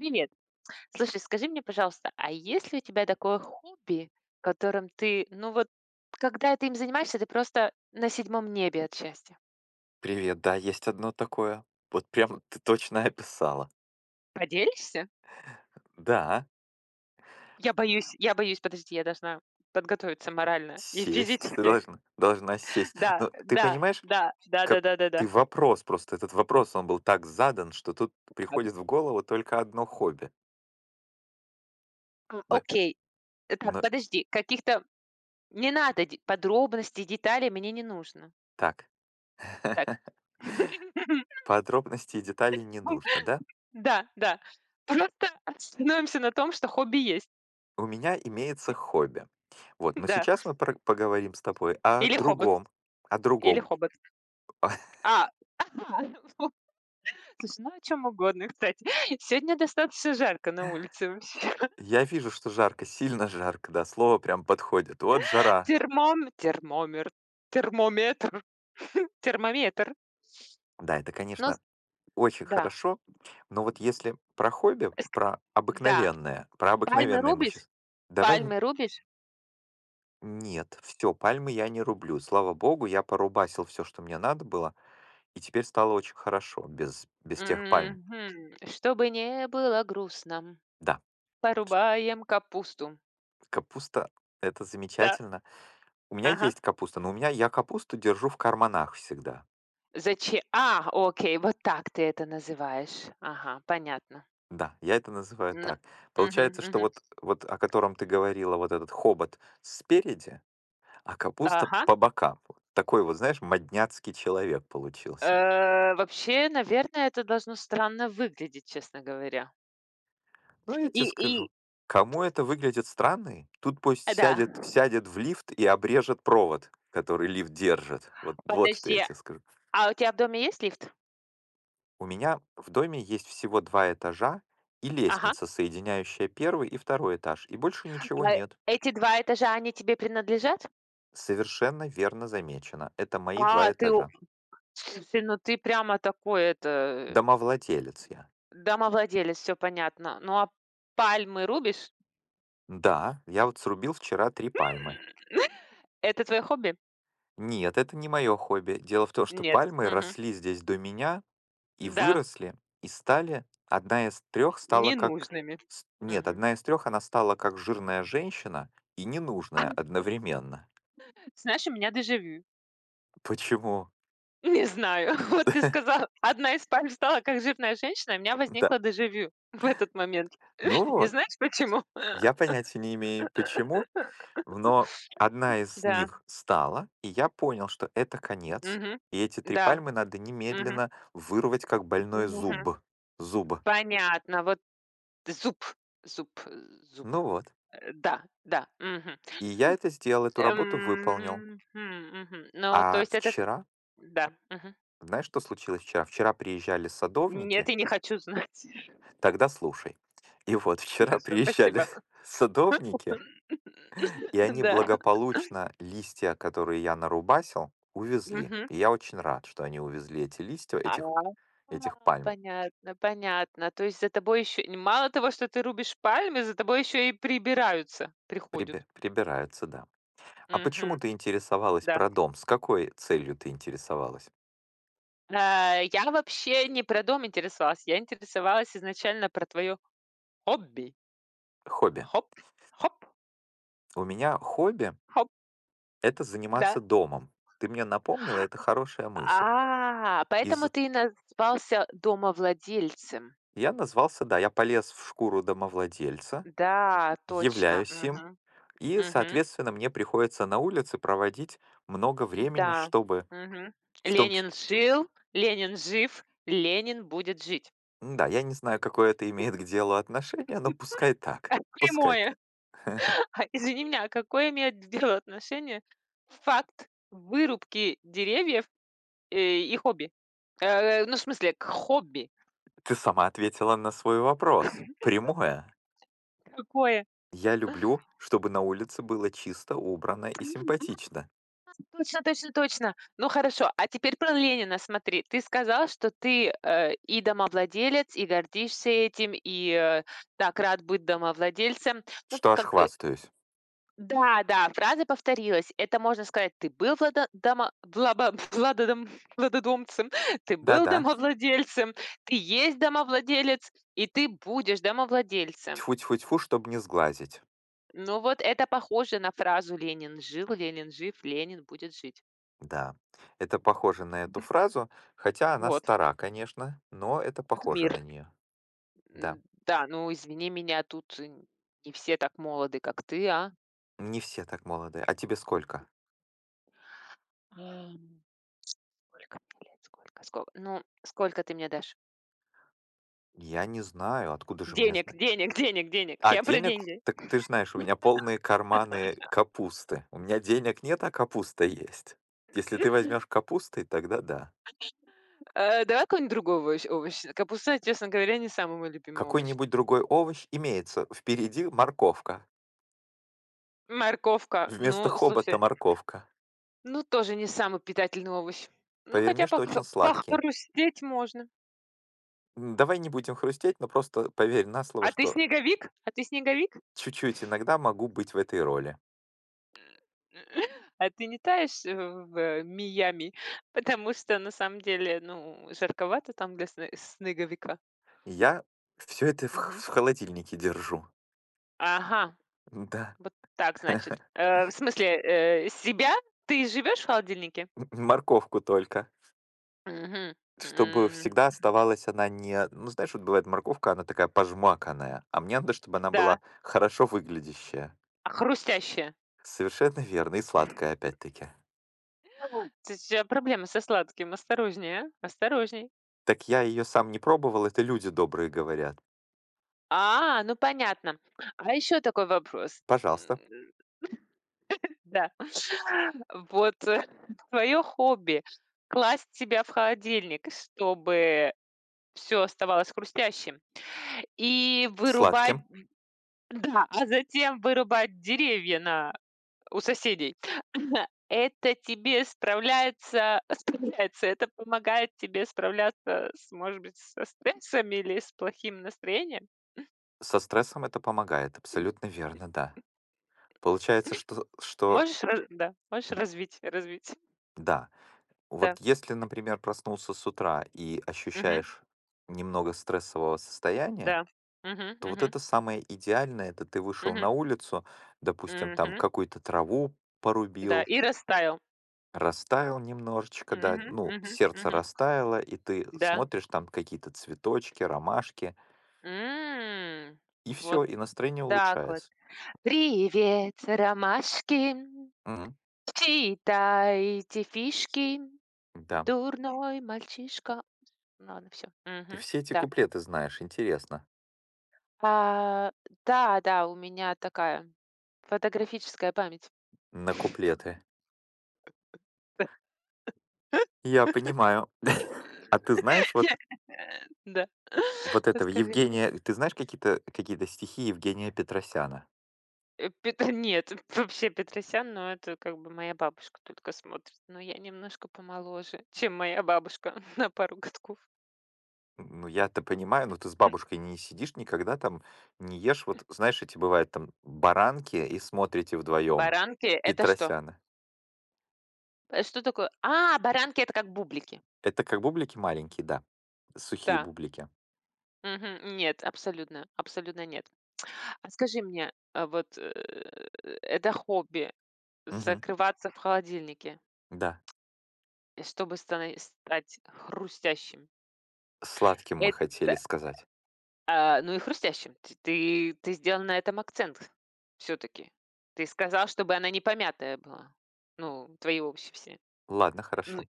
Привет. Слушай, скажи мне, пожалуйста, а есть ли у тебя такое хобби, которым ты, ну вот, когда ты им занимаешься, ты просто на седьмом небе от счастья? Привет, да, есть одно такое. Вот прям ты точно описала. Поделишься? Да, Я боюсь, подожди, я должна подготовиться морально и сесть, ты физически. должна сесть. Да, Но ты да, понимаешь, да, да, да, как да, да, да. Просто этот вопрос, он был так задан, что тут Как? приходит в голову только одно хобби. Но, Окей. Так, но подожди, каких-то не надо подробностей, деталей мне не нужно. так, Так. подробностей и деталей не нужно, да? Да, да. Просто остановимся на том, что хобби есть. У меня имеется хобби. Вот, но Да. сейчас мы поговорим с тобой о Или "Хоббит", другом, о или другом. "Хоббит". А, слушай, ну о чем угодно, кстати. Сегодня достаточно жарко на улице вообще. Я вижу, что жарко, сильно жарко, да, слово прям подходит. Вот жара. Термом термомер термометр, термометр. Да, это, Ну с конечно, очень да, хорошо, но вот если про хобби, ск про да. обыкновенное, про Пальмы обыкновенное мы рубишь? сейчас. Давай н Пальмы рубишь? нет, все, пальмы я не рублю. Слава богу, я порубасил все, что мне надо было, и теперь стало очень хорошо без тех пальм. Мгм. Чтобы не было грустно, Да, порубаем капусту. капуста- это Да, замечательно. У меня ага. есть капуста, но у меня я капусту держу в карманах всегда. Заче А, окей, вот так ты это называешь. Ага, понятно. Да, я это называю Ну, так. мгм, Получается, что мгм. вот о котором ты говорила, вот этот хобот спереди. А капуста Ага. по бокам. Вот такой вот, знаешь, модняцкий человек получился. Вообще, наверное, это должно странно выглядеть, честно говоря. Но я И тебе и скажу, кому это выглядит странно, тут пусть да. сядет в лифт и обрежет провод, который лифт держит. Вот, вот что я Подожди, тебе скажу. а у тебя в доме есть лифт? У меня в доме есть всего два этажа и Ага. лестница, соединяющая первый и второй этаж, и больше ничего А нет. эти 2 этажа, они тебе принадлежат? Совершенно верно замечено. Это мои два А, ты у этажа. Слушай, ну ты прямо такой это, Домовладелец я. домовладелец, все понятно. Ну, а пальмы рубишь? Да, я вот срубил вчера три пальмы. Это твое хобби? Нет, это не мое хобби. Дело в том, что Нет. пальмы Мгм. росли здесь до меня и Да, выросли, и стали... Одна из трех стала как... ненужными. Нет, Мгм. одна из трех она стала как жирная женщина и ненужная одновременно. Знаешь, у меня дежавю. Почему? Не знаю. Вот ты сказал, одна из пальм стала как жирная женщина, и у меня Да. возникло дежавю в этот момент. Ну Не вот, знаешь почему? я понятия не имею, почему, но одна из Да. них стала, и я понял, что это конец, Мгм. и эти три Да. пальмы надо Мгм. немедленно вырвать как больной Мгм. зуб. Зуб. Понятно. Вот зуб, зуб, зуб. Ну вот. Да, да. Мгм. И я это сделал, эту работу выполнил. Мгм, мгм. Ну, то А есть это вчера, да. Мгм. знаешь, что случилось вчера? Вчера приезжали Нет, садовники, я не хочу знать. тогда слушай. И вот вчера Хорошо, приезжали спасибо. садовники, и они Да. благополучно листья, которые я нарубасил, увезли. Мгм. И я очень рад, что они увезли эти листья, А, этих, а, этих пальм. Понятно, понятно. То есть за тобой еще мало того, что ты рубишь пальмы, за тобой еще и прибираются, приходят. Прибираются, да. А почему Мгм. ты интересовалась Да. про дом? С какой целью ты интересовалась? А, я вообще не про дом интересовалась, я интересовалась изначально про твое хобби. Хобби. Хоп, хоп, У меня хобби— хоп, это да. заниматься домом. Ты мне напомнила, это хорошая мысль. А, поэтому Из-за ты и назвался домовладельцем. Я назвался, да, я полез в шкуру домовладельца, Да, точно. являюсь им, Мгм. и, Мгм. соответственно, мне приходится на улице проводить много времени, Да. чтобы Мгм. в том числе... Ленин жил, Ленин жив, Ленин будет жить. Да, я не знаю, какое это имеет к делу отношение, но пускай так. Пускай Прямое. так. Извини меня, а какое имеет дело отношение факт вырубки деревьев, и хобби? Ну, в смысле, к хобби. Ты сама ответила на свой вопрос. Прямое. Какое? Я люблю, чтобы на улице было чисто, убрано и симпатично. Точно, точно, точно. Ну, хорошо, а теперь про Ленина смотри. Ты сказал, что ты, и домовладелец, и гордишься этим, и, так рад быть домовладельцем. Ну, п Что аж как бы. хвастаюсь. Да, да, фраза повторилась. Это можно сказать: "Ты был влада дома влаба владодомцем, ты был Да-да. домовладельцем, ты есть домовладелец, и ты будешь домовладельцем". Тьфу-тьфу-тьфу, чтобы не сглазить. Ну, вот это похоже на фразу "Ленин жил, Ленин жив, Ленин будет жить". Да, это похоже на эту фразу, хотя она Вот стара, конечно, но это как похоже мир. на нее. Да, Да, ну, извини меня, тут н не все так молоды, как ты, а? не все так молодые. А тебе сколько? Ам, Сколько мне лет? Сколько, ско ну, сколько ты мне дашь? Я не знаю, откуда же мне Денег, знать. денег, денег, денег. А Я про денег, деньги. так ты ж знаешь, у меня полные карманы капусты. У меня денег нет, а капуста есть. Если ты возьмешь капусты, тогда да. Давай какой-нибудь другой овощ. Капуста, честно говоря, не самый мой любимый овощ. Какой-нибудь другой овощ имеется. Впереди морковка. Морковка, Вместо ну, хобота слушай, морковка. ну, тоже не самый питательный овощ. Ну, Поверь хотя мне, что очень сладкий. похрустеть можно. Давай не будем хрустеть, но просто поверь на слово, А ты что. снеговик? А ты снеговик? Чуть-чуть иногда могу быть в этой роли. А ты не таешь, в Миами? Потому что на самом деле, ну, жарковато там для снеговика. Я все это в х Мгм. в холодильнике держу. Ага, Да. вот так, значит. В смысле, себя? Ты живешь в холодильнике? Морковку только, Мгм. чтобы М. всегда оставалась она не ну, знаешь, вот бывает морковка, она такая пожмаканная, а мне надо, чтобы она Да. была хорошо выглядящая. А, хрустящее. Совершенно верно, и сладкая опять-таки. То есть у тебя проблемы со сладким. Осторожнее, а, осторожней. Так я ее сам не пробовал, это люди добрые говорят. А, ну понятно. А еще такой вопрос. Пожалуйста, Да. Вот твое хобби- класть себя в холодильник, чтобы все оставалось хрустящим, и вырубать, сладким. да, а затем вырубать деревья на у соседей. Это тебе справляется это помогает тебе справляться с, может быть, со стрессами или с плохим настроением. Со стрессом это помогает, абсолютно верно, да. Получается, что Можешь раз да, можешь развить. да. Да. Вот если, например, проснулся с утра и Мгм. ощущаешь немного стрессового состояния, Да. Мгм, то вот мгм, это самое идеальное, это ты вышел мгм, на улицу, допустим, там мгм. какую-то траву Да, порубил, и растаял. растаял немножечко, да, Мгм, ну, мгм, сердце мгм. растаяло, и ты Да. смотришь там какие-то цветочки, ромашки, М. и Вот все, и настроение так вот. улучшается. Привет, ромашки! Мгм. Читайте фишки, Да. дурной мальчишка. Ну, ладно, всё. Ты Мгм. все эти Да. куплеты знаешь, интересно. А, да, да, у меня такая фотографическая память. На куплеты. Я понимаю. А ты знаешь, вот Да. Вот этого Расскажи мне. Евгения ты знаешь какие-то стихи Евгения Петросяна? Э, Петр Нет, вообще Петросян, но это как бы моя бабушка только смотрит. Но я немножко помоложе, чем моя бабушка на пару годков. Ну, я-то понимаю, но ты с бабушкой не сидишь никогда там, не ешь. Вот знаешь, эти бывают там баранки и смотрите вдвоем Баранки- это что? Петросяна. Что такое? А, баранки- это как бублики. Это как бублики маленькие, да, сухие Да. бублики. Мгм. Нет, абсолютно, абсолютно нет. А скажи мне, а вот, это хобби- Мгм. закрываться в холодильнике, Да, чтобы стана стать хрустящим. сладким мы хотели Это, сказать. а, ну и хрустящим. Т ты ты сделал на этом акцент, все таки Ты сказал, чтобы она не помятая была. Ну, твои овощи все. Ладно, Ну хорошо.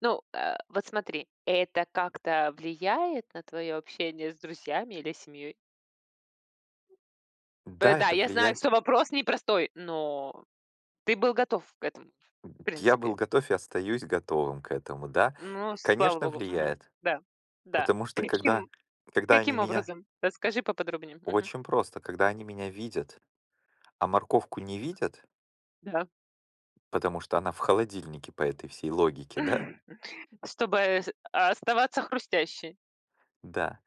ну, а, вот смотри, это как-то влияет на твое общение с друзьями или семьей? П Да, Да, это я знаю, что влияет. вопрос непростой, но ты был готов к этому, в Я был принципе. готов и остаюсь готовым к этому, да. Ну, слава Конечно, богу. Мгм. влияет, Да, да. потому что когда Каким когда они каким меня. образом? Расскажи поподробнее. Мгм. Очень просто, когда они меня видят, а морковку не видят, Да. потому что она в холодильнике по этой всей логике, да? Чтобы с оставаться хрустящей. Да.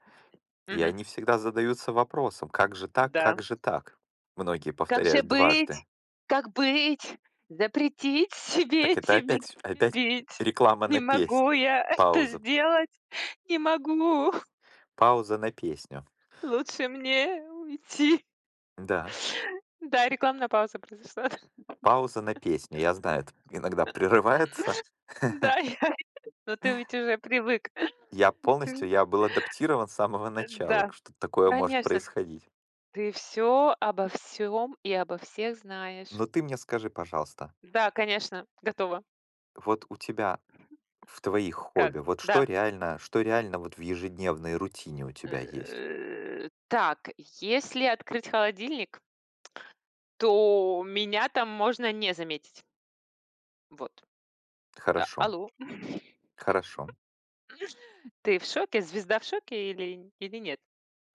И Мгм. они всегда задаются вопросом, как же так, Да. как же так? Многие Как же повторяют быть? дважды. Как быть? Запретить себе Так это тебя опять любить. реклама Не на песню. могу я это Пауза. сделать. Не могу. Пауза на песню. Лучше мне уйти. Да. Да, рекламная пауза произошла. Пауза на песню. Я знаю, это иногда прерывается. Да, я но ты ведь уже привык. Я был адаптирован с самого начала, Да, что такое может конечно, происходить. ты все обо всем и обо всех знаешь. Но ты мне скажи, пожалуйста, Да, конечно, готова. вот у тебя В твоих Как? хобби. Вот что Да. реально, что реально вот в ежедневной рутине у тебя есть? Так, если открыть холодильник, то меня там можно не заметить. Вот. А, Хорошо, алло, хорошо. ты в шоке? Звезда в шоке или нет?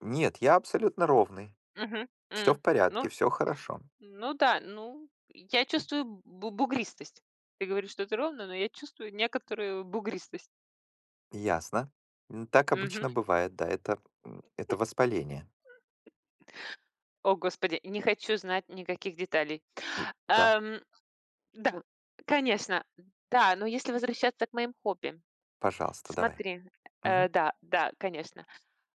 Нет, я абсолютно ровный. Мгм. Все М. в Ну порядке, все хорошо. ну да, ну, я чувствую бу бугристость. Ты говоришь что-то ровно, но я чувствую некоторую бугристость. Ясно. Так Мгм. обычно бывает, да, это воспаление. О, господи, не хочу знать никаких деталей. Да, Эм, да, конечно. Да, но если возвращаться к моим хобби, пожалуйста, давай. смотри, Мгм. да, да, конечно.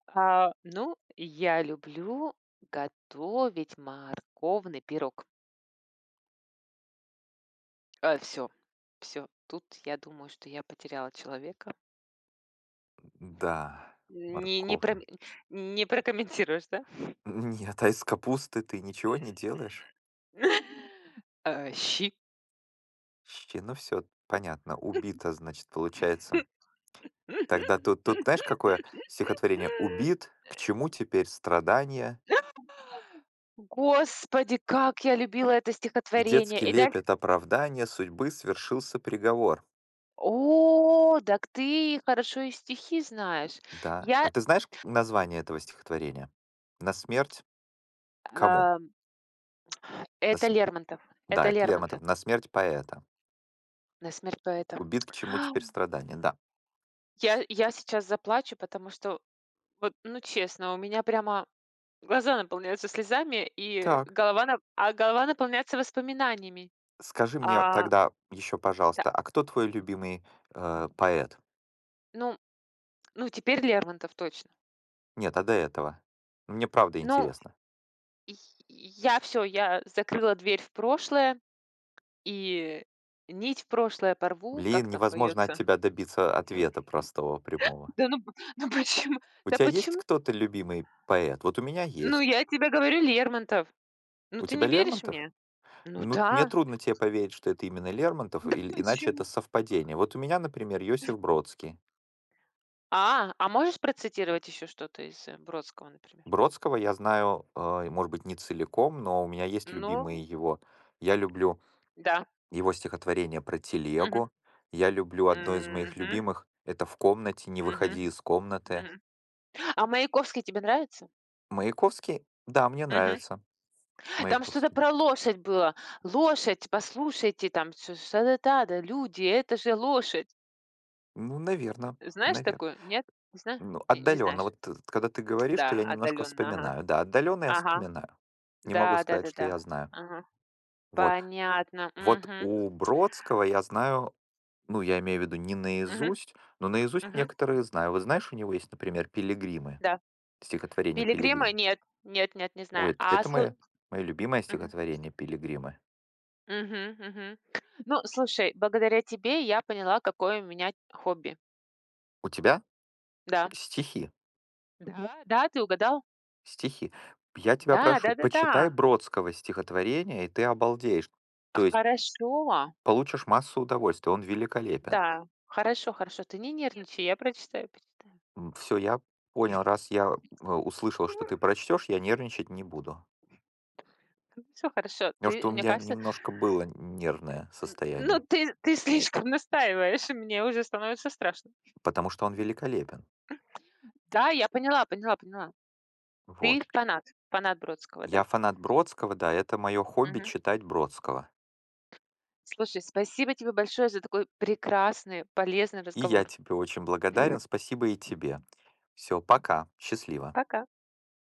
А, ну, я люблю готовить морковный пирог. А, все, всё. Тут я думаю, что я потеряла человека. Да, Не не пром морковный. не прокомментируешь, да? Нет, а из капусты ты ничего не делаешь? Щи. Щи, ну все, понятно, убито, значит, получается. Тогда тут знаешь, какое стихотворение: "Убит, к чему теперь страдания? Господи, как я любила это И детский стихотворение! И да. лепет оправдания судьбы свершился приговор". О, так ты хорошо и стихи знаешь. Да. Я, А ты знаешь название этого стихотворения? "На смерть" кому? а, На это см Лермонтов, да, это это Лермонтов, Лермонтов. "На смерть поэта". "На смерть поэтам". "Убит, к чему теперь страдания?" Да. Я сейчас заплачу, потому что вот, ну, честно, у меня прямо глаза наполняются слезами, и Так, голова наполняется воспоминаниями. скажи мне А, тогда еще, да, пожалуйста, а кто твой любимый, поэт? ну ну, теперь Лермонтов точно. Нет, а до этого? Мне правда Ну, интересно. и я закрыла дверь в прошлое, и нить в прошлое порву, как Блин, там невозможно от поется? тебя добиться ответа простого, прямого. Да ну п ну почему? У Да тебя есть почему? кто-то любимый поэт? Вот у меня Ну, есть. я тебе говорю, Лермонтов. Ну, У ты тебя не веришь Лермонтов? мне? Ну Ну, мне да. трудно тебе поверить, что это именно Лермонтов, Да или, иначе это почему? совпадение. Вот у меня, например, Йосиф Бродский. А, можешь процитировать еще что-то из, Бродского, например? Бродского я знаю, может быть, не целиком, но у меня есть Ну любимые его. Я люблю да. его стихотворение про Мгм. телегу. Я люблю одно из моих Мгм. любимых— это «В комнате, не Мгм. выходи из комнаты». Мгм. А Маяковский тебе нравится? Маяковский? Да, мне Мгм. нравится Там что-то Маяковский. про лошадь было. "Лошадь, послушайте", там что ш шада да, "люди, это же лошадь". Ну, наверное, Знаешь наверное. такую? Нет? Не знаю, Ну, не отдаленно. знаешь? Вот т когда ты говоришь, Да, что я немножко отдаленно, ага. вспоминаю. Да, отдаленно я Ага. вспоминаю. Не могу Да, сказать, что да-да-да. я знаю. Ага. Вот. Понятно. Вот Мгм. у Бродского я знаю, ну, я имею в виду не Мгм. наизусть, но наизусть Мгм. некоторые знаю. Вот знаешь, у него есть, например, "Пилигримы", Да. стихотворение "Пилигрима" "Пилигрим". нет. Нет, нет, не знаю. Ой, эт А это слу мое любимое мгм. стихотворение "Пилигримы". Мгм. Мгм. Ну, слушай, благодаря тебе я поняла, какое у меня хобби. У тебя Да. стихи, Да, да, ты угадал. стихи. Я тебя Да, прошу, почитай да-да-да. Бродского стихотворение, и ты обалдеешь. То есть Хорошо. получишь массу удовольствия. Он великолепен. Да. Хорошо, хорошо. Ты не нервничай, я прочитаю почитаю. Все, я понял. Раз я услышал, что ты прочтешь, я нервничать не буду. Хорошо, хорошо. Потому Ты, что у мне меня кажется, немножко было нервное н ну, состояние, ты слишком настаиваешь, и мне уже становится страшно. потому что он великолепен. Да, я поняла, поняла, поняла. Ты Вот. фанат, фанат Бродского, да? Я фанат Бродского, да, это мое хобби Мгм. читать Бродского. Слушай, спасибо тебе большое за такой прекрасный, полезный И я разговор. тебе очень благодарен. Спасибо и тебе. Все, пока. Счастливо. Пока.